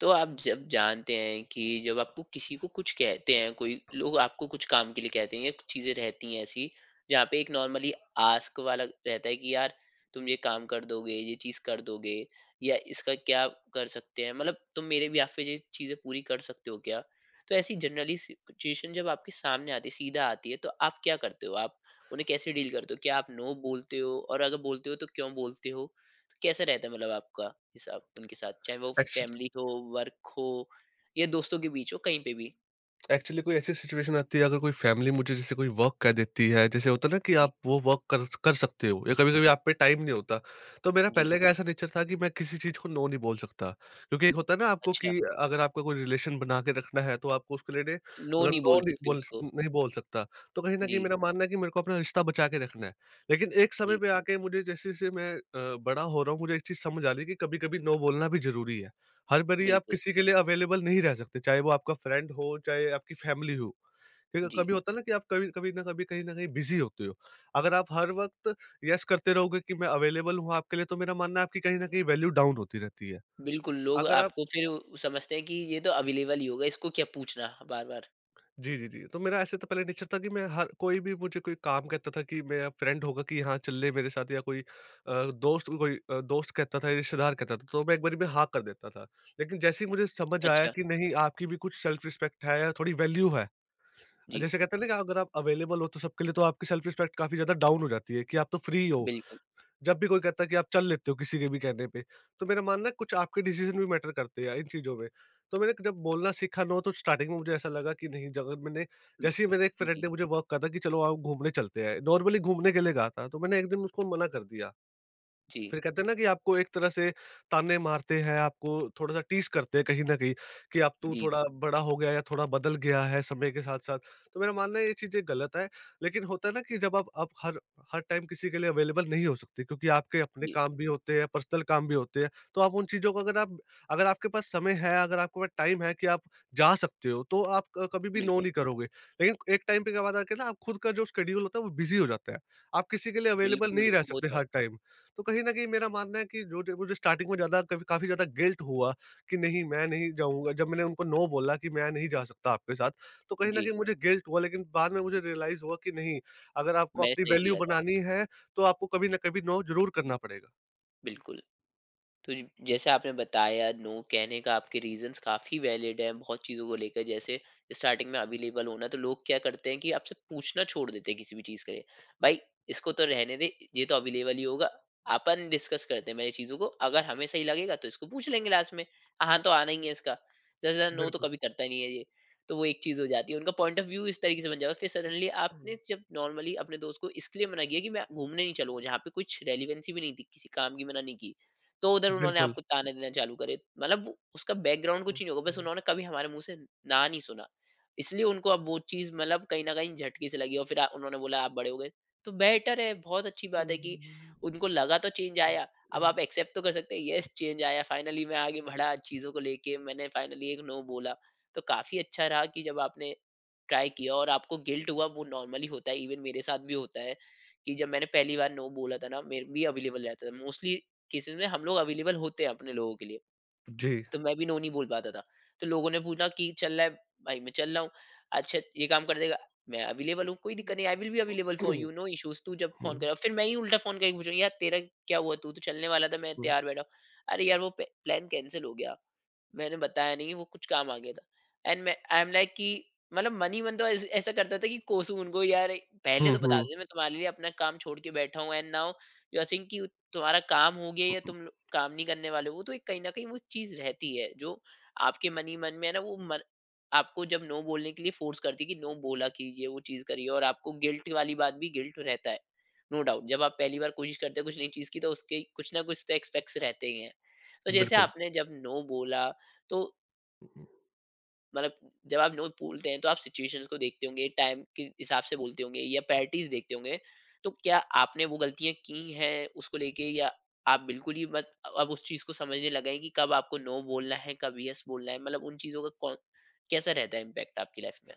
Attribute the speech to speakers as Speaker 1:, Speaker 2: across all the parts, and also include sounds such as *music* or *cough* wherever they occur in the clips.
Speaker 1: तो आप जब जानते हैं कि जब आपको किसी को कुछ कहते हैं कोई लोग आपको कुछ काम के लिए कहते हैं या कुछ चीजें रहती हैं ऐसी जहाँ पे एक नॉर्मली आस्क वाला रहता है कि यार तुम ये काम कर दोगे ये चीज कर दोगे या इसका क्या कर सकते हैं मतलब तुम मेरे भी आप पे ये चीजें पूरी कर सकते हो क्या। तो ऐसी जनरली सिचुएशन जब आपके सामने आती है सीधा आती है तो आप क्या करते हो, आप उन्हें कैसे डील करते हो, क्या आप नो बोलते हो और अगर बोलते हो तो क्यों बोलते हो? कैसे रहता है मतलब आपका हिसाब उनके साथ, चाहे वो
Speaker 2: एक्चु
Speaker 1: फैमिली हो, वर्क हो या दोस्तों के बीच हो, कहीं पे भी?
Speaker 2: एक्चुअली कोई ऐसी सिचुएशन आती है अगर कोई फैमिली मुझे जैसे कोई वर्क कह देती है, जैसे होता है ना कि
Speaker 1: जी।
Speaker 2: आप वो वर्क कर सकते हो या कभी-कभी आप पे टाइम नहीं होता। तो मेरा
Speaker 1: जी।
Speaker 2: पहले का ऐसा नेचर था कि मैं किसी चीज़ को नो नहीं बोल सकता। क्योंकि एक होता है ना आपको
Speaker 1: अच्छा,
Speaker 2: कि अगर आपका कोई रिलेशन बना के रखना है तो आपको उसके लिए
Speaker 1: नो
Speaker 2: मतलब
Speaker 1: नहीं
Speaker 2: नो
Speaker 1: बोल
Speaker 2: नहीं
Speaker 1: सकते
Speaker 2: बोल स
Speaker 1: उसको।
Speaker 2: नहीं बोल सकता। तो कहीं न कहीं
Speaker 1: जी।
Speaker 2: मेरा मानना है कि मेरे को अपना रिश्ता बचा के रखना है। लेकिन एक समय
Speaker 1: जी।
Speaker 2: पे आके मुझे जैसे-जैसे मैं बड़ा हो रहा हूँ, मुझे एक चीज़ समझ आ रही है कि कभी-कभी नो बोलना भी ज़रूरी है। हर बारी आप
Speaker 1: बिल्कुल।
Speaker 2: किसी के लिए अवेलेबल नहीं रह सकते, चाहे वो आपका फ्रेंड हो, चाहे आपकी फैमिली हो। ठीक है,
Speaker 1: जी।
Speaker 2: कभी होता है ना कि आप कभी कभी न कभी कहीं न कहीं बिज़ी होते हो। अगर आप हर वक़्त येस करते रहोगे कि मैं अवेलेबल हूँ आपके लिए, तो मेरा मानना है आपकी कहीं न कहीं वैल्यू डाउन होती रहती है।
Speaker 1: बिल्कुल, लोग
Speaker 2: अगर आप
Speaker 1: आपको फिर वो समझते हैं कि ये तो अवेलेबल ही होगा, इसको क्या पूछना बार-बार।
Speaker 2: जी, जी, जी। तो मेरा ऐसे तो पहले नेचर था कि मैं हर कोई भी मुझे कोई काम कहता था कि मेरा फ्रेंड होगा कि हाँ, चल ले मेरे साथ या कोई दोस्त कहता था, रिश्तेदार कहता था, तो मैं एक बारी में हाँ कर देता था। लेकिन जैसे ही मुझे समझ आया
Speaker 1: अच्छा।
Speaker 2: कि नहीं आपकी भी कुछ सेल्फ रिस्पेक्ट है या थोड़ी वैल्यू है,
Speaker 1: जी।
Speaker 2: जैसे कहते हैं ना कि अगर आप अवेलेबल हो तो सबके लिए तो आपकी सेल्फ रिस्पेक्ट काफी ज्यादा डाउन हो जाती है कि आप तो फ्री हो।
Speaker 1: बिल्कुल।
Speaker 2: जब भी कोई कहता है कि आप चल लेते हो किसी के भी कहने पे, तो मेरा मानना है कुछ आपके डिसीजन भी मैटर करते हैं इन चीजों में। तो मैंने जब बोलना सीखा नो तो स्टार्टिंग में मुझे ऐसा लगा कि नहीं, जब अगर मैंने
Speaker 1: हुँ।
Speaker 2: जैसे ही मेरे एक फ्रेंड
Speaker 1: जी।
Speaker 2: ने मुझे वर्क कहा था कि चलो आप घूमने चलते हैं, नॉर्मली घूमने के लिए कहा था, तो मैंने एक दिन उसको मना कर दिया।
Speaker 1: जी।
Speaker 2: फिर कहते हैं ना कि आपको एक तरह से ताने मारते हैं, आपको थोड़ा-सा टीज़ करते हैं कहीं न कहीं, कि अब तू
Speaker 1: जी।
Speaker 2: थोड़ा बड़ा हो गया या थोड़ा बदल गया है समय के साथ-साथ। तो मेरा मानना है ये चीज़ें गलत है, लेकिन होता है ना कि जब आप हर हर टाइम किसी के लिए अवेलेबल नहीं हो सकते, क्योंकि आपके अपने
Speaker 1: जी।
Speaker 2: काम भी होते हैं, पर्सनल काम भी होते हैं। तो आप उन चीज़ों को, अगर आपके पास समय है, अगर आपके पास टाइम है कि आप जा सकते हो, तो आप क कभी भी नो
Speaker 1: बिल्कुल।
Speaker 2: नहीं करोगे। लेकिन एक टाइम पे क्या बात आके ना आप खुद का जो शेड्यूल होता है वो बिज़ी हो जाता है। आप किसी के लिए अवेलेबल नहीं
Speaker 1: बिल्कुल
Speaker 2: रह सकते
Speaker 1: होता है।
Speaker 2: हर टाइम। तो कहीं न कहीं मेरा मानना है कि जो ज मुझे स्टार्टिंग में ज़्यादा कभी काफ़ी ज़्यादा गिल्ट हुआ कि नहीं, मैं नहीं जाऊँगा। जब मैंने उनको नो बोला कि मैं नहीं जा सकता आपके साथ, तो कहीं न
Speaker 1: जी।
Speaker 2: कहीं मुझे गिल्ट हुआ, लेकिन बाद में मुझे रियलाइज़ हुआ कि नहीं, अगर आपको
Speaker 1: मैंने
Speaker 2: अपनी
Speaker 1: सही
Speaker 2: वैल्यू
Speaker 1: किया था।
Speaker 2: बनानी है, तो आपको कभी न कभी नो ज़रूर करना पड़ेगा।
Speaker 1: बिल्कुल। तो जैसे आपने बताया नो कहने का आपके रीजंस काफी वैलिड हैं बहुत चीजों को लेकर। जैसे स्टार्टिंग में अवेलेबल होना तो लोग क्या करते हैं कि आपसे पूछना छोड़ देते हैं किसी भी चीज के लिए। भाई इसको तो रहने दे, ये तो अवेलेबल ही होगा, अपन डिस्कस करते हैं मेरी चीजों को, अगर हमें सही लगेगा तो इसको पूछ लेंगे लास्ट में, हाँ तो आना ही है इसका, जैसे जैसे नो तो
Speaker 2: बिल्कुल।
Speaker 1: कभी करता ही नहीं है ये। तो वो एक चीज हो जाती है, उनका पॉइंट ऑफ व्यू इस तरीके से बन जाता है। फिर सडनली
Speaker 2: हम्म।
Speaker 1: आपने जब नॉर्मली अपने दोस्त को इसलिए मना किया कि मैं घूमने नहीं चलूंगा जहाँ पे कुछ रेलिवेंसी भी नहीं थी किसी काम की, मना नहीं की, तो उधर उन्होंने
Speaker 2: बिल्कुल।
Speaker 1: आपको ताने देना चालू करे। मतलब वो उसका बैकग्राउंड कुछ
Speaker 2: हम्म।
Speaker 1: ही नहीं होगा, बस
Speaker 2: हम्म।
Speaker 1: उन्होंने कभी हमारे मुँह से ना नहीं सुना। इसलिए उनको अब वो चीज़ मतलब कहीं न कहीं झटके से लगी और फिर उन्होंने बोला आप बड़े हो गए। तो बेटर है, बहुत अच्छी बात है कि
Speaker 2: हम्म।
Speaker 1: उनको लगा तो चेंज आया। अब
Speaker 2: हम्म। हम्म।
Speaker 1: आप एक्सेप्ट तो कर सकते हैं यस चेंज आया, फाइनली मैं आगे बढ़ा चीज़ों को लेके, मैंने फाइनली एक नो बोला। तो काफ़ी अच्छा रहा कि जब आपने ट्राई किया और आपको गिल्ट हुआ वो नॉर्मली होता है, इवन मेरे साथ भी होता है कि जब मैंने पहली बार नो बोला था ना, मैं भी अवेलेबल रहता था। मोस्टली केसेस में हम लोग अवेलेबल होते हैं अपने लोगों के लिए,
Speaker 2: जी।
Speaker 1: तो मैं भी नो नहीं बोल पाता था। तो लोगों ने पूछा कि चल रहा है, भाई मैं चल रहा हूँ, अच्छा ये काम कर देगा, मैं अवेलेबल हूँ कोई दिक्कत नहीं, I will be available for you,
Speaker 2: *clears throat*
Speaker 1: no
Speaker 2: hmm.
Speaker 1: Issues. तू जब फोन करे फिर मैं ही उल्टा फोन करके पूछूं यार तेरा क्या हुआ, तू तो चलने वाला था मैं
Speaker 2: हुँ।
Speaker 1: तैयार बैठा हूं। अरे यार वो प्लान कैंसिल हो गया, मैंने बताया नहीं, वो कुछ काम आ गया था। एंड मैं आई एम लाइक कि मतलब मनी मन ही मन तो ऐस ऐसा करता था कि कोसूँ उनको, यार पहले
Speaker 2: हुँ।
Speaker 1: तो बता
Speaker 2: हुँ।
Speaker 1: देते, मैं तुम्हारे लिए अपना काम छोड़ के बैठा हूँ and now you are saying कि तुम्हारा काम हो गया या तुम लो काम नहीं करने वाले हो। वो तो एक कहीं न कहीं वो चीज़ रहती है जो आपके मनी मन ही मन में है ना वो मन आपको जब नो बोलने के लिए फोर्स करती है कि नो बोला कीजिए, वो चीज़ करिए और आपको गिल्ट वाली बात भी गिल्ट रहता है। नो डाउट जब आप पहली बार कोशिश करते हो कुछ नई चीज़ की तो उसके कुछ ना कुछ तो एक्सपेक्ट्स रहते ही हैं। तो जैसे
Speaker 2: बिल्कुल।
Speaker 1: आपने जब नो बोला तो मतलब जब आप नोट बोलते हैं तो आप सिचुएशंस को देखते होंगे, टाइम के हिसाब से बोलते होंगे या प्रायोरिटीज़ देखते होंगे। तो क्या आपने वो गलतियाँ की हैं उसको लेके, या आप बिल्कुल ही मत अब उस चीज़ को समझने लगे हैं कि कब आपको नो बोलना है, कब यस बोलना है? मतलब उन चीज़ों का कौन कैसा रहता है इम्पैक्ट आपकी लाइफ़ में?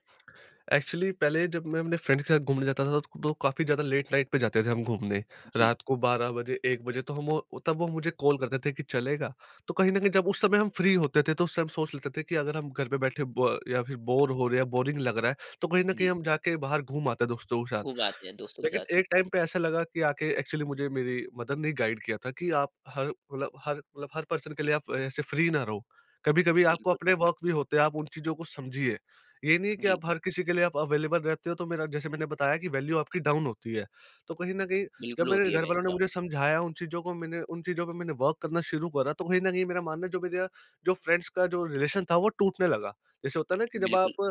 Speaker 2: एक्चुअली पहले जब मैं अपने फ्रेंड के साथ घूमने जाता था तो काफ़ी ज़्यादा लेट नाइट पे जाते थे हम घूमने।
Speaker 1: जी।
Speaker 2: रात को 12 बजे 1 बजे तो हम वो तब वो मुझे कॉल करते थे कि चलेगा? तो कहीं न कहीं जब उस समय हम फ्री होते थे तो उस टाइम सोच लेते थे कि अगर हम घर पे बैठे ब या फिर बोर हो रहे हैं, बोरिंग लग रहा है, तो कहीं न कहीं
Speaker 1: जी।
Speaker 2: हम जाके बाहर घूम आते हैं दोस्तों के साथ।
Speaker 1: घुमाते हैं दोस्तों के
Speaker 2: लेकिन
Speaker 1: साथ।
Speaker 2: एक टाइम पे ऐसा लगा कि आके एक्चुअली मुझे मेरी मदर ने गाइड किया था कि आप हर पर्सन के लिए आप ऐसे फ्री ना रहो। कभी-कभी आपको
Speaker 1: बिल्कुल।
Speaker 2: अपने वर्क भी होते हैं, आप उन चीज़ों को समझिए। ये नहीं है कि
Speaker 1: जी।
Speaker 2: आप हर किसी के लिए आप अवेलेबल रहते हो, तो मेरा जैसे मैंने बताया कि वैल्यू आपकी डाउन होती है। तो कहीं न कहीं
Speaker 1: बिल्कुल
Speaker 2: जब मेरे
Speaker 1: होती है
Speaker 2: घर वालों ने
Speaker 1: वैनिला।
Speaker 2: मुझे समझाया उन चीज़ों को, मैंने उन चीज़ों पे मैंने वर्क करना शुरू करा, तो कहीं न कहीं मेरा मानना है जो फ्रेंड्स का जो रिलेशन था वो टूटने लगा। जैसे होता है ना कि जब
Speaker 1: बिल्कुल।
Speaker 2: आप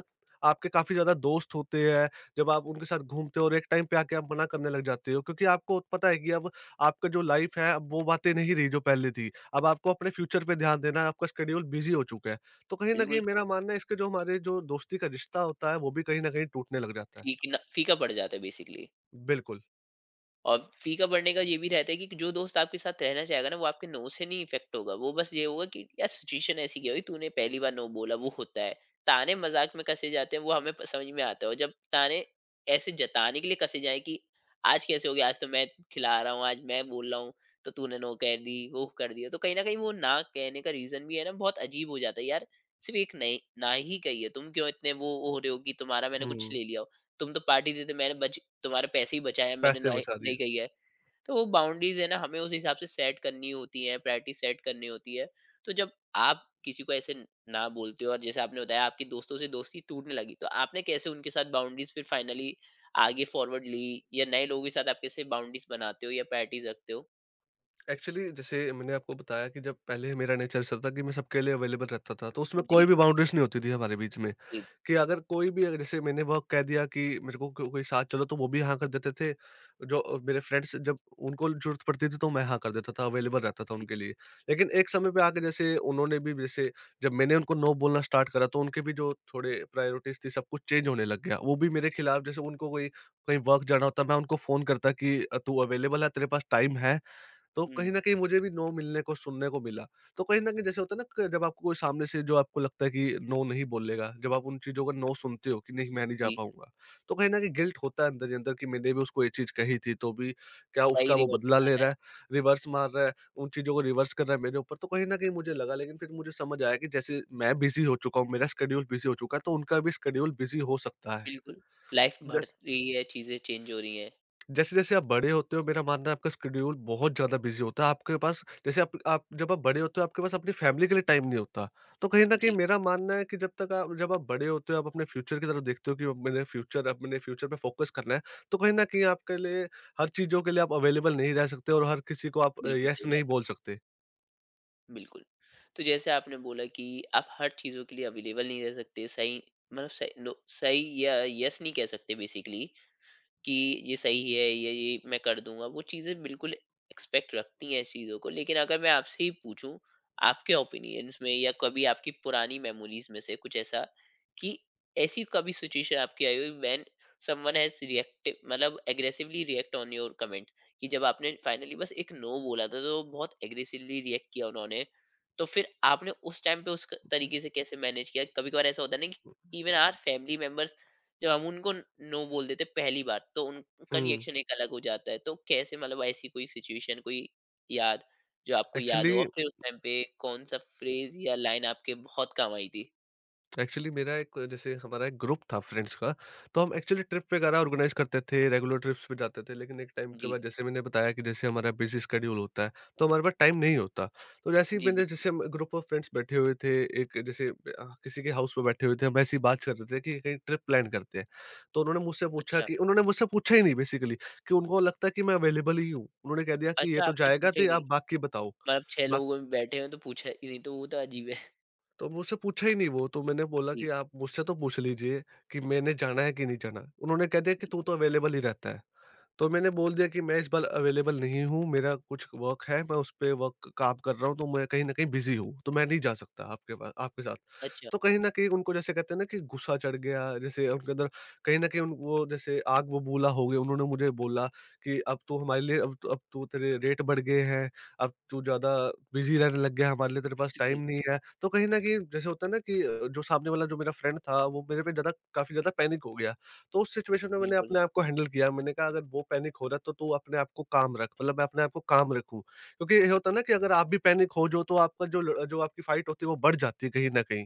Speaker 2: आपके काफ़ी ज़्यादा दोस्त होते हैं, जब आप उनके साथ घूमते हो और एक टाइम पे आके आप मना करने लग जाते हो, क्योंकि आपको पता है कि अब आपका जो लाइफ है अब वो बातें नहीं रही जो पहले थी। अब आपको अपने फ्यूचर पे ध्यान देना है, आपका शेड्यूल बिज़ी हो चुका है। तो कहीं न
Speaker 1: बिल्कुल
Speaker 2: कहीं मेरा मानना है इसके जो हमारे जो दोस्ती का रिश्ता होता है वो भी कहीं न कहीं टूटने लग जाता है।
Speaker 1: फीकना फीका पड़ जाता है बेसिकली।
Speaker 2: बिल्कुल।
Speaker 1: और फीका पड़ने का ये भी रहता है कि जो दोस्त आपके साथ रहना चाहेगा ना वो आपके नो से नहीं इफेक्ट होगा, वो बस ये होगा कि यार सिचुएशन ऐसी क्या हुई तूने पहली बार नो बोला, वो होता है ताने मजाक में कसे जाते हैं वो हमें समझ में आता है। और जब ताने ऐसे जताने के लिए कसे जाए कि आज कैसे हो गया, आज तो मैं खिला रहा हूँ, आज मैं बोल रहा हूँ तो तूने नो कह दी, वो कर दिया, तो कहीं ना कहीं वो ना कहने का रीजन भी है ना, बहुत अजीब हो जाता है यार, सिर्फ एक नहीं ना ही कही है, तुम क्यों इतने वो हो रहे हो कि तुम्हारा मैंने कुछ
Speaker 2: हुँ।
Speaker 1: ले लिया हो, तुम तो पार्टी देते, मैंने बच तुम्हारे पैसे ही बचाए हैं मैंने,
Speaker 2: पैसे
Speaker 1: नहीं
Speaker 2: बचा
Speaker 1: नहीं
Speaker 2: दिए।
Speaker 1: कही है। तो वो बाउंड्रीज है ना, हमें उस हिसाब से सेट करनी होती है, प्रायोरिटी सेट करनी होती है। तो जब आप किसी को ऐसे ना बोलते हो और जैसे आपने बताया आपकी दोस्तों से दोस्ती टूटने लगी, तो आपने कैसे उनके साथ बाउंड्रीज फिर फाइनली आगे फॉरवर्ड ली या नए लोगों के साथ आप कैसे बाउंड्रीज बनाते हो या प्रायोरिटीज रखते हो?
Speaker 2: एक्चुअली जैसे मैंने आपको बताया कि जब पहले मेरा नेचर ऐसा था कि मैं सबके लिए अवेलेबल रहता था, तो उसमें
Speaker 1: जी।
Speaker 2: कोई भी बाउंड्रीज़ नहीं होती थी हमारे बीच में।
Speaker 1: जी।
Speaker 2: कि अगर कोई भी अगर जैसे मैंने वो कह दिया कि मेरे को कोई साथ चलो तो वो भी हाँ कर देते थे। जो मेरे फ्रेंड्स जब उनको ज़रूरत पड़ती थी तो मैं हाँ कर देता था, अवेलेबल रहता था
Speaker 1: जी।
Speaker 2: उनके लिए। लेकिन एक समय पे आके जैसे उन्होंने भी, जैसे जब मैंने उनको नो बोलना स्टार्ट करा, तो उनके भी जो थोड़े प्रायोरिटीज़ थी सब कुछ चेंज होने लग गया। वो भी मेरे खिलाफ, जैसे उनको कोई कहीं वर्क जाना होता, मैं उनको फ़ोन करता कि तू अवेलेबल है? तेरे पास टाइम है? तो
Speaker 1: हम्म।
Speaker 2: कहीं न कहीं मुझे भी नो मिलने को, सुनने को मिला। तो कहीं न कहीं जैसे होता है ना क जब आपको कोई सामने से जो आपको लगता है कि नो नहीं बोलेगा, जब आप उन चीज़ों का नो सुनते हो कि नहीं मैं नहीं जा
Speaker 1: जी।
Speaker 2: पाऊँगा, तो कहीं न कहीं गिल्ट होता है अंदर ही अंदर कि मैंने भी उसको ये चीज़ कही थी तो भी क्या
Speaker 1: वही
Speaker 2: उसका वो
Speaker 1: रिवर्स
Speaker 2: बदला
Speaker 1: में आ
Speaker 2: ले
Speaker 1: रहा
Speaker 2: रहा
Speaker 1: है।
Speaker 2: है, रिवर्स मार रहा है, उन चीज़ों को रिवर्स कर रहा है मेरे ऊपर। तो कहीं न कहीं मुझे लगा, लेकिन फिर मुझे समझ आया कि जैसे मैं बिज़ी हो चुका हूँ, मेरा शेड्यूल बिज़ी हो चुका है, तो उनका भी शेड्यूल बिज़ी हो सकता है।
Speaker 1: बिल्कुल। लाइफ बढ़
Speaker 2: जैसे
Speaker 1: रही है, चीजें चेंज हो रही हैं।
Speaker 2: जैसे-जैसे आप बड़े होते हो मेरा मानना है आपका शेड्यूल बहुत ज़्यादा बिज़ी होता है। आपके पास जैसे आप बड़े होते हो, आपके पास अपनी फैमिली के लिए टाइम नहीं होता। तो कहीं न कहीं
Speaker 1: जी।
Speaker 2: मेरा मानना है कि जब आप बड़े होते हो, आप अपने फ्यूचर की तरफ देखते हो कि अब मैंने फ्यूचर पे फोकस करना है। तो कहीं न कहीं आपके लिए हर चीज़ों के लिए आप अवेलेबल नहीं रह सकते और हर किसी को आप
Speaker 1: बिल्कुल
Speaker 2: येस
Speaker 1: सही
Speaker 2: नहीं
Speaker 1: बात।
Speaker 2: बोल सकते।
Speaker 1: बिल्कुल। तो जैसे आपने बोला कि आप हर चीज़ों के लिए अवेलेबल नहीं रह सकते, सही मतलब सही नो सही या येस नहीं कह सकते बेसिकली कि ये सही है, ये मैं कर दूँगा, वो चीज़ें बिल्कुल एक्सपेक्ट रखती हैं इस चीज़ों को। लेकिन अगर मैं आपसे ही पूछूँ, आपके ओपिनियंस में या कभी आपकी पुरानी मेमोरीज़ में से कुछ ऐसा कि ऐसी कभी सिचुएशन आपकी आई हो व्हेन समवन हैज़ रिएक्टिव मतलब aggressively react on your comment कि जब आपने फाइनली बस एक नो बोला था, तो बहुत एग्रेसिवली रिएक्ट किया उन्होंने, तो फिर आपने उस टाइम पे उस क तरीके से कैसे मैनेज किया? कभी-कभार ऐसा होता है ना कि इवन आवर फैमिली मेंबर्स जब हम उनको नो बोल देते हैं पहली बार तो उनका
Speaker 2: हुँ।
Speaker 1: रिएक्शन एक अलग हो जाता है। तो कैसे मतलब ऐसी कोई सिचुएशन कोई याद जो आपको याद हो और
Speaker 2: एक्चुअली
Speaker 1: फिर उस टाइम पे कौन-सा फ्रेज़ या लाइन आपके बहुत काम आई थी?
Speaker 2: एक्चुअली मेरा एक जैसे हमारा एक ग्रुप था फ्रेंड्स का, तो हम एक्चुअली ट्रिप वगैरह ऑर्गेनाइज़ करते थे, रेगुलर ट्रिप्स पे जाते थे। लेकिन एक टाइम के
Speaker 1: जी।
Speaker 2: बाद जैसे मैंने बताया कि जैसे हमारा बिज़ी शेड्यूल होता है, तो हमारे पास टाइम नहीं होता। तो जैसे ही
Speaker 1: जी,
Speaker 2: मैंने
Speaker 1: बिल्कुल।
Speaker 2: जैसे हम ग्रुप ऑफ फ्रेंड्स बैठे हुए थे, एक जैसे किसी के हाउस में बैठे हुए थे, हम ऐसे ही बात कर रहे थे कि कहीं ट्रिप प्लान करते हैं। तो
Speaker 1: अच्छा।
Speaker 2: उन्होंने मुझसे पूछा ही नहीं बेसिकली, कि उनको लगता है कि मैं अवेलेबल ही हूँ। उन्होंने कह दिया कि ये
Speaker 1: अच्छा
Speaker 2: तो
Speaker 1: आपसे
Speaker 2: जाएगा
Speaker 1: पूछा ही
Speaker 2: तो
Speaker 1: नहीं।
Speaker 2: आप बाकी बताओ।
Speaker 1: मतलब 6
Speaker 2: बाकी
Speaker 1: लोगों में बैठे हैं तो पूछा ही नहीं तो वो तो अजीब है।
Speaker 2: तो मुझसे पूछा ही नहीं वो, तो मैंने बोला
Speaker 1: जी।
Speaker 2: कि आप मुझसे तो पूछ लीजिए कि मैंने जाना है कि नहीं जाना? उन्होंने कह दिया कि
Speaker 1: जी।
Speaker 2: तू तो अवेलेबल ही रहता है। तो मैंने बोल दिया कि मैं इस बार अवेलेबल नहीं हूँ, मेरा कुछ वर्क है, मैं उस पे वर्क काम कर रहा हूँ, तो मैं कहीं न कहीं बिज़ी हूँ, तो मैं नहीं जा सकता आपके साथ।
Speaker 1: अच्छा।
Speaker 2: तो कहीं न कहीं उनको जैसे कहते हैं ना कि गुस्सा चढ़ गया, जैसे उनके अंदर कहीं न कहीं उन वो जैसे आग बबूला हो गए, उन्होंने मुझे बोला कि, "अब तो हमारे लिए अब तो तेरे रेट बढ़ गए हैं, अब तू ज़्यादा बिज़ी रहने लग गया है, हमारे लिए तेरे पास टाइम
Speaker 1: बिल्कुल।
Speaker 2: नहीं है।" तो कहीं न कहीं जैसे होता है ना कि जो सामने वाला जो मेरा फ्रेंड था, वो मेरे पे ज़्यादा काफ़ी ज़्यादा पैनिक हो गया। तो उस सिचुएशन में मैंने
Speaker 1: बिल्कुल।
Speaker 2: अपने आप को हैंडल किया। मैंने कहा अगर वो पैनिक हो रहा है तो तू अपने आप को काम रख, मतलब मैं अपने आप को काम रखूं, क्योंकि ये होता है ना कि अगर आप भी पैनिक हो जो तो आपका जो आपकी फाइट होती है वो बढ़ जाती है कहीं ना कहीं।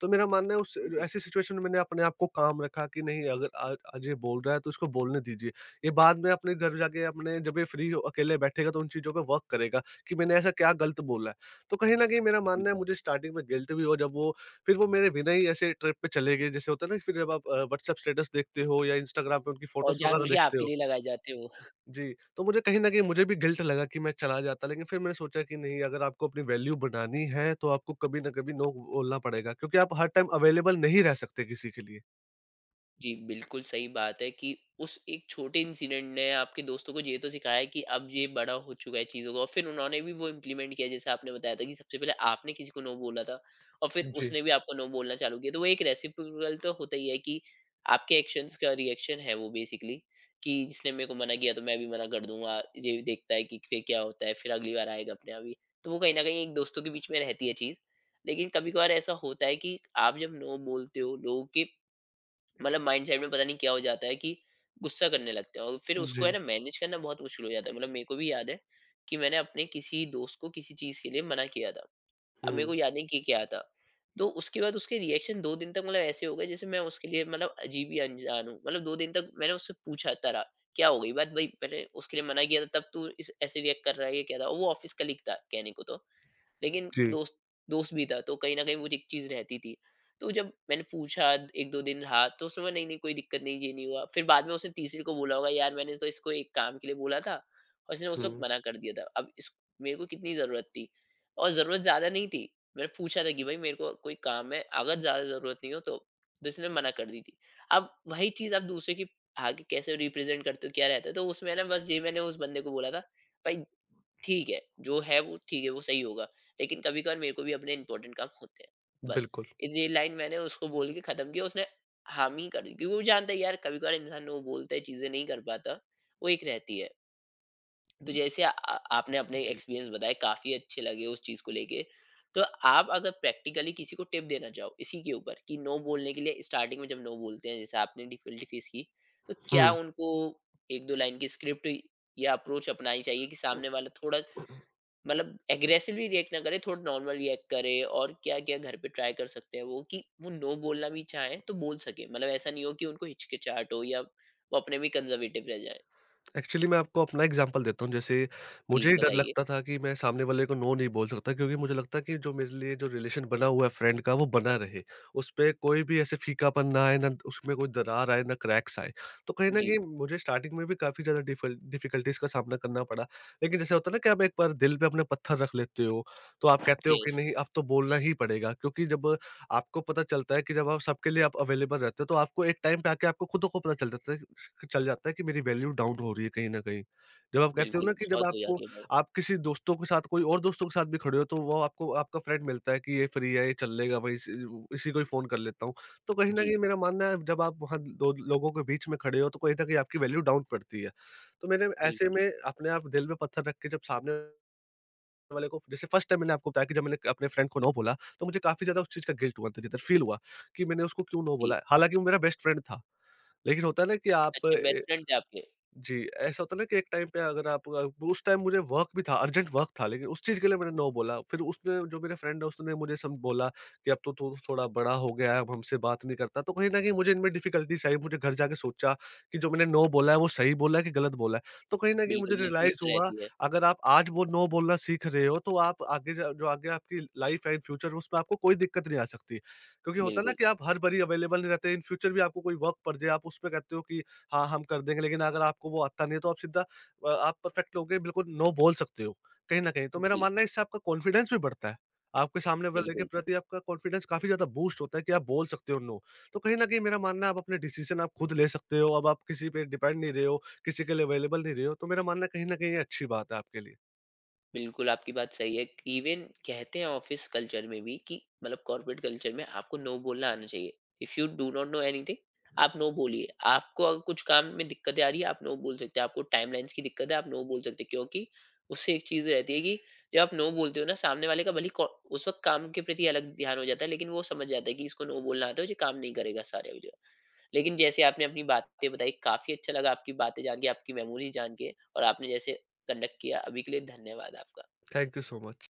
Speaker 2: तो मेरा मानना है उस
Speaker 1: बिल्कुल।
Speaker 2: ऐसी सिचुएशन में मैंने अपने आप को काम रखा कि नहीं, अगर आज आज ये बोल रहा है तो इसको बोलने दीजिए। ये बाद में अपने घर जाके, अपने जब ये फ्री हो अकेले बैठेगा, तो उन चीज़ों पे वर्क करेगा कि मैंने ऐसा क्या गलत बोला है। तो कहीं न कहीं मेरा
Speaker 1: जी।
Speaker 2: मानना है मुझे स्टार्टिंग में गिल्ट भी हुआ जब वो फिर वो मेरे बिना ही ऐसे ट्रिप पे चले गए। जैसे होता है ना, फिर जब आप व्हाट्सएप स्टेटस देखते हो या इंस्टाग्राम पे उनकी
Speaker 1: और
Speaker 2: फ़ोटोज़ वगैरह
Speaker 1: जानबूझ के
Speaker 2: देखते
Speaker 1: आपके
Speaker 2: हो।
Speaker 1: लिए लगाए जाते हैं वो।
Speaker 2: जी, तो मुझे कहीं न कहीं मुझे भी गिल्ट लगा कि मैं चला जाता, लेकिन फिर मैंने सोचा कि नहीं, अगर आपको अपनी वैल्यू बनानी है, तो आपको कभी न कभी नो बोलना पड़ेगा, क्योंकि आप हर टाइम अवेलेबल नहीं रह सकते किसी के लिए।
Speaker 1: जी, बिल्कुल सही बात है कि उस एक छोटे इंसिडेंट ने आपके दोस्तों को ये तो सिखाया कि अब ये बड़ा हो चुका है चीज़ों का और फिर उन्होंने भी वो इम्प्लीमेंट किया जैसे आपने बताया था कि सबसे पहले आपने किसी को नो बोला था और फिर
Speaker 2: जी,
Speaker 1: उसने भी आपको नो बोलना चालू किया। तो वो एक रेसिप्रोकल तो होता ही है कि आपके एक्शंस का रिएक्शन है वो बेसिकली, कि जिसने मेरे को मना किया तो मैं भी मना कर दूंगा। ये भी देखता है कि फिर क्या होता है, फिर अगली बार आएगा अपने आप ही। तो वो कहीं न कहीं एक दोस्तों के बीच में रहती है चीज़। लेकिन कभी-कभार ऐसा होता है कि आप जब नो बोलते हो, लोगों के मतलब माइंडसेट में पता नहीं क्या हो जाता है कि गुस्सा करने लगते हैं और फिर उसको है
Speaker 2: जी।
Speaker 1: ना मैनेज करना बहुत मुश्किल हो जाता है। मतलब मेरे को भी याद है कि मैंने अपने किसी दोस्त को किसी चीज के लिए मना किया था, अब मेरे को
Speaker 2: हुँ,
Speaker 1: याद नहीं कि क्या था। तो उसके बाद उसके रिएक्शन दो दिन तक मतलब ऐसे हो गए जैसे मैं उसके लिए मतलब अजीब ही अनजान हूँ। मतलब दो दिन तक मैंने उससे पूछा तरह क्या हो गई बात भाई, मैंने उसके लिए मना किया था तब तू इस ऐसे रिएक्ट कर रहा है, ये क्या था? और वो ऑफिस का था कहने को तो, लेकिन
Speaker 2: जी,
Speaker 1: दोस्त दोस्त भी था, तो कहीं न कहीं मुझे एक चीज़ रहती थी। तो जब मैंने पूछा 1-2 दिन रहा तो उसने बोला नहीं, नहीं कोई दिक्कत नहीं, ये नहीं हुआ। फिर बाद में उसने तीसरे को बोला होगा यार मैंने तो इसको एक काम के लिए बोला था और इसने उस वक़्त
Speaker 2: हुँ,
Speaker 1: मना कर दिया था। अब इस मेरे को कितनी ज़रूरत थी, और ज़रूरत ज़्यादा नहीं थी। मैंने पूछा था कि भाई मेरे को कोई काम है, अगर ज़्यादा ज़रूरत नहीं हो तो इसने मना कर दी थी। अब वही चीज़ आप दूसरे के आगे कैसे रिप्रेज़ेंट करते हो, क्या रहता है? तो उसमें ना बस ये मैंने उस बंदे को बोला था, भाई ठीक है, जो है वो ठीक है, वो सही होगा। लेकिन कभी-कभार मेरे को भी अपने इम्पोर्टेंट काम होते हैं, बस।
Speaker 2: बिल्कुल।
Speaker 1: ये लाइन मैंने उसको बोल के खत्म किया, उसने हामी कर दी क्योंकि वो जानता है यार कभी-कभार इंसान वो बोलता है, चीज़ें नहीं कर पाता, वो एक रहती है। तो जैसे आ आ- आपने अपने एक्सपीरियंस बताए, काफ़ी अच्छे लगे उस चीज़ को लेके। तो आप अगर प्रैक्टिकली किसी को टिप देना चाहो इसी के ऊपर कि नो बोलने के लिए स्टार्टिंग में जब नो बोलते हैं, जैसे आपने डिफिकल्टी फेस की, तो क्या
Speaker 2: हुँ।
Speaker 1: उनको 1-2 लाइन की स्क्रिप्ट या अप्रोच अपनानी चाहिए कि सामने वाला थोड़ा मतलब एग्रेसिवली रिएक्ट ना करे थोड़ा नॉर्मल रिएक्ट करे और क्या क्या घर पे ट्राई कर सकते हैं वो कि वो नो बोलना भी चाहे तो बोल सके, मतलब ऐसा नहीं हो कि उनको हिचकिचाहट हो या वो अपने भी कंजर्वेटिव रह जाए?
Speaker 2: एक्चुअली मैं आपको अपना एग्जांपल देता हूँ। जैसे
Speaker 1: जी
Speaker 2: मुझे ही डर
Speaker 1: बताइए।
Speaker 2: लगता था कि मैं सामने वाले को नो नहीं बोल सकता, क्योंकि मुझे लगता कि जो मेरे लिए जो रिलेशन बना हुआ है फ्रेंड का वो बना रहे। उस पे कोई भी ऐसे फीकापन ना आए, ना उसमें कोई दरार आए, ना क्रैक्स आए। तो कहीं न
Speaker 1: जी।
Speaker 2: कहीं मुझे स्टार्टिंग में भी काफ़ी ज़्यादा डिफल डिफिकल्टीज़ का सामना करना पड़ा। लेकिन जैसे होता है ना कि आप एक बार दिल पे अपने पत्थर रख लेते हो, तो आप कहते हो कि
Speaker 1: यस।
Speaker 2: नहीं, अब तो बोलना ही पड़ेगा, क्योंकि जब आपको पता चलता है कि जब आप सबके लिए आप अवेलेबल रहते हो तो आपको एक टाइम पे आके आपको खुद को पता चल जाता है कि मेरी वैल्यू डाउन हो रही है कहीं न कहीं। जब आप कहते हो
Speaker 1: बिल्कुल
Speaker 2: ना कि जब
Speaker 1: बहुत हो
Speaker 2: आपको
Speaker 1: जाती है ना।
Speaker 2: आप किसी दोस्तों के साथ, कोई और दोस्तों के साथ भी खड़े हो, तो वो आपको आपका फ्रेंड मिलता है कि ये फ्री है, ये चल लेगा भाई, इस इसी को ही फ़ोन कर लेता हूँ। तो कहीं न
Speaker 1: जी।
Speaker 2: कहीं मेरा मानना है जब आप वहाँ दो लोगों के बीच में खड़े हो तो कहीं न कहीं आपकी वैल्यू डाउन पड़ती है। तो मैंने ऐसे
Speaker 1: बिल्कुल।
Speaker 2: में अपने आप दिल में पत्थर रख के, जब सामने वाले को, जैसे फर्स्ट टाइम मैंने आपको बताया कि जब मैंने अपने फ्रेंड को नो बोला, तो मुझे काफ़ी ज़्यादा उस चीज़ का गिल्ट हुआ, अंदर ही अंदर फील हुआ कि मैंने उसको क्यों नो
Speaker 1: जी।
Speaker 2: बोला है। हालाँकि वो मेरा बेस्ट फ्रेंड था। लेकिन होता है ना कि आप
Speaker 1: अच्छा
Speaker 2: ए
Speaker 1: बेस्ट फ्रेंड थे आपके।
Speaker 2: जी, ऐसा होता है ना कि एक टाइम पे अगर उस टाइम मुझे वर्क भी था, अर्जेंट वर्क था, लेकिन उस चीज़ के लिए मैंने नो बोला। फिर उसने, जो मेरे फ्रेंड है, उसने मुझे सम बोला कि अब तो तू थोड़ा बड़ा हो गया है, अब हमसे बात नहीं करता। तो कहीं न कहीं मुझे इनमें डिफ़िकल्टीज़ आई। मुझे घर जाके सोचा कि जो मैंने नो बोला है वो सही बोला है कि गलत बोला है। तो कहीं न कहीं मुझे
Speaker 1: बिल्कुल ये चीज
Speaker 2: रियलाइज़
Speaker 1: तो
Speaker 2: हुआ
Speaker 1: रहती है।
Speaker 2: अगर आप आज वो नो बोलना सीख रहे हो तो आप आगे जा जो आगे आपकी लाइफ़ है, इन फ्यूचर, उसमें आपको कोई दिक्कत नहीं आ सकती। क्योंकि होता है ना
Speaker 1: बिल्कुल।
Speaker 2: कि आप हर बारी अवेलेबल नहीं रहते, इन फ्यूचर भी आपको कोई वर्क पड़ जाए, आप उसमें कहते हो कि हाँ, हम कर देंगे, लेकिन अगर आपको वो आता नहीं है, तो आप परफेक्ट लोगे, बिल्कुल नो बोल सकते हो, कहीं न कहीं। तो मेरा
Speaker 1: जी।
Speaker 2: मानना है इससे आपका कॉन्फिडेंस भी बढ़ता है। आपके सामने वाले के
Speaker 1: बिल्कुल।
Speaker 2: प्रति आपका कॉन्फिडेंस काफ़ी ज़्यादा बूस्ट होता है कि आप बोल सकते हो नो। तो कहीं न कहीं मेरा मानना है आप अपने डिसीज़न आप खुद ले सकते हो, अब आप किसी पे डिपेंड नहीं रहे हो, किसी के लिए अवेलेबल नहीं रहे हो। तो मेरा मानना है कहीं न कहीं ये अच्छी बात है आपके लिए।
Speaker 1: बिल्कुल, आपकी बात सही है। इवन कहते हैं ऑफ़िस कल्चर में भी कि मतलब कॉर्पोरेट कल्चर में आपको नो बोलना आना चाहिए। If you do not know anything, आप नो बोलिए। आपको अगर कुछ काम में दिक्कतें आ रही है, आप नो बोल सकते हैं। आपको टाइमलाइन्स की दिक्कत है, आप नो बोल सकते हैं। क्योंकि उससे एक चीज़ रहती है कि जब आप नो बोलते हो ना, सामने वाले का भले ही कौ उस वक़्त काम के प्रति अलग ध्यान हो जाता है, लेकिन वो समझ जाता है कि इसको नो बोलना आता है, ये काम नहीं करेगा सारे वजह। लेकिन जैसे आपने अपनी बातें बताई, काफ़ी अच्छा लगा आपकी बातें जान के, आपकी मेमोरीज़ जान के और आपने जैसे कंडक्ट किया। अभी के लिए धन्यवाद आपका।
Speaker 2: Thank you so much.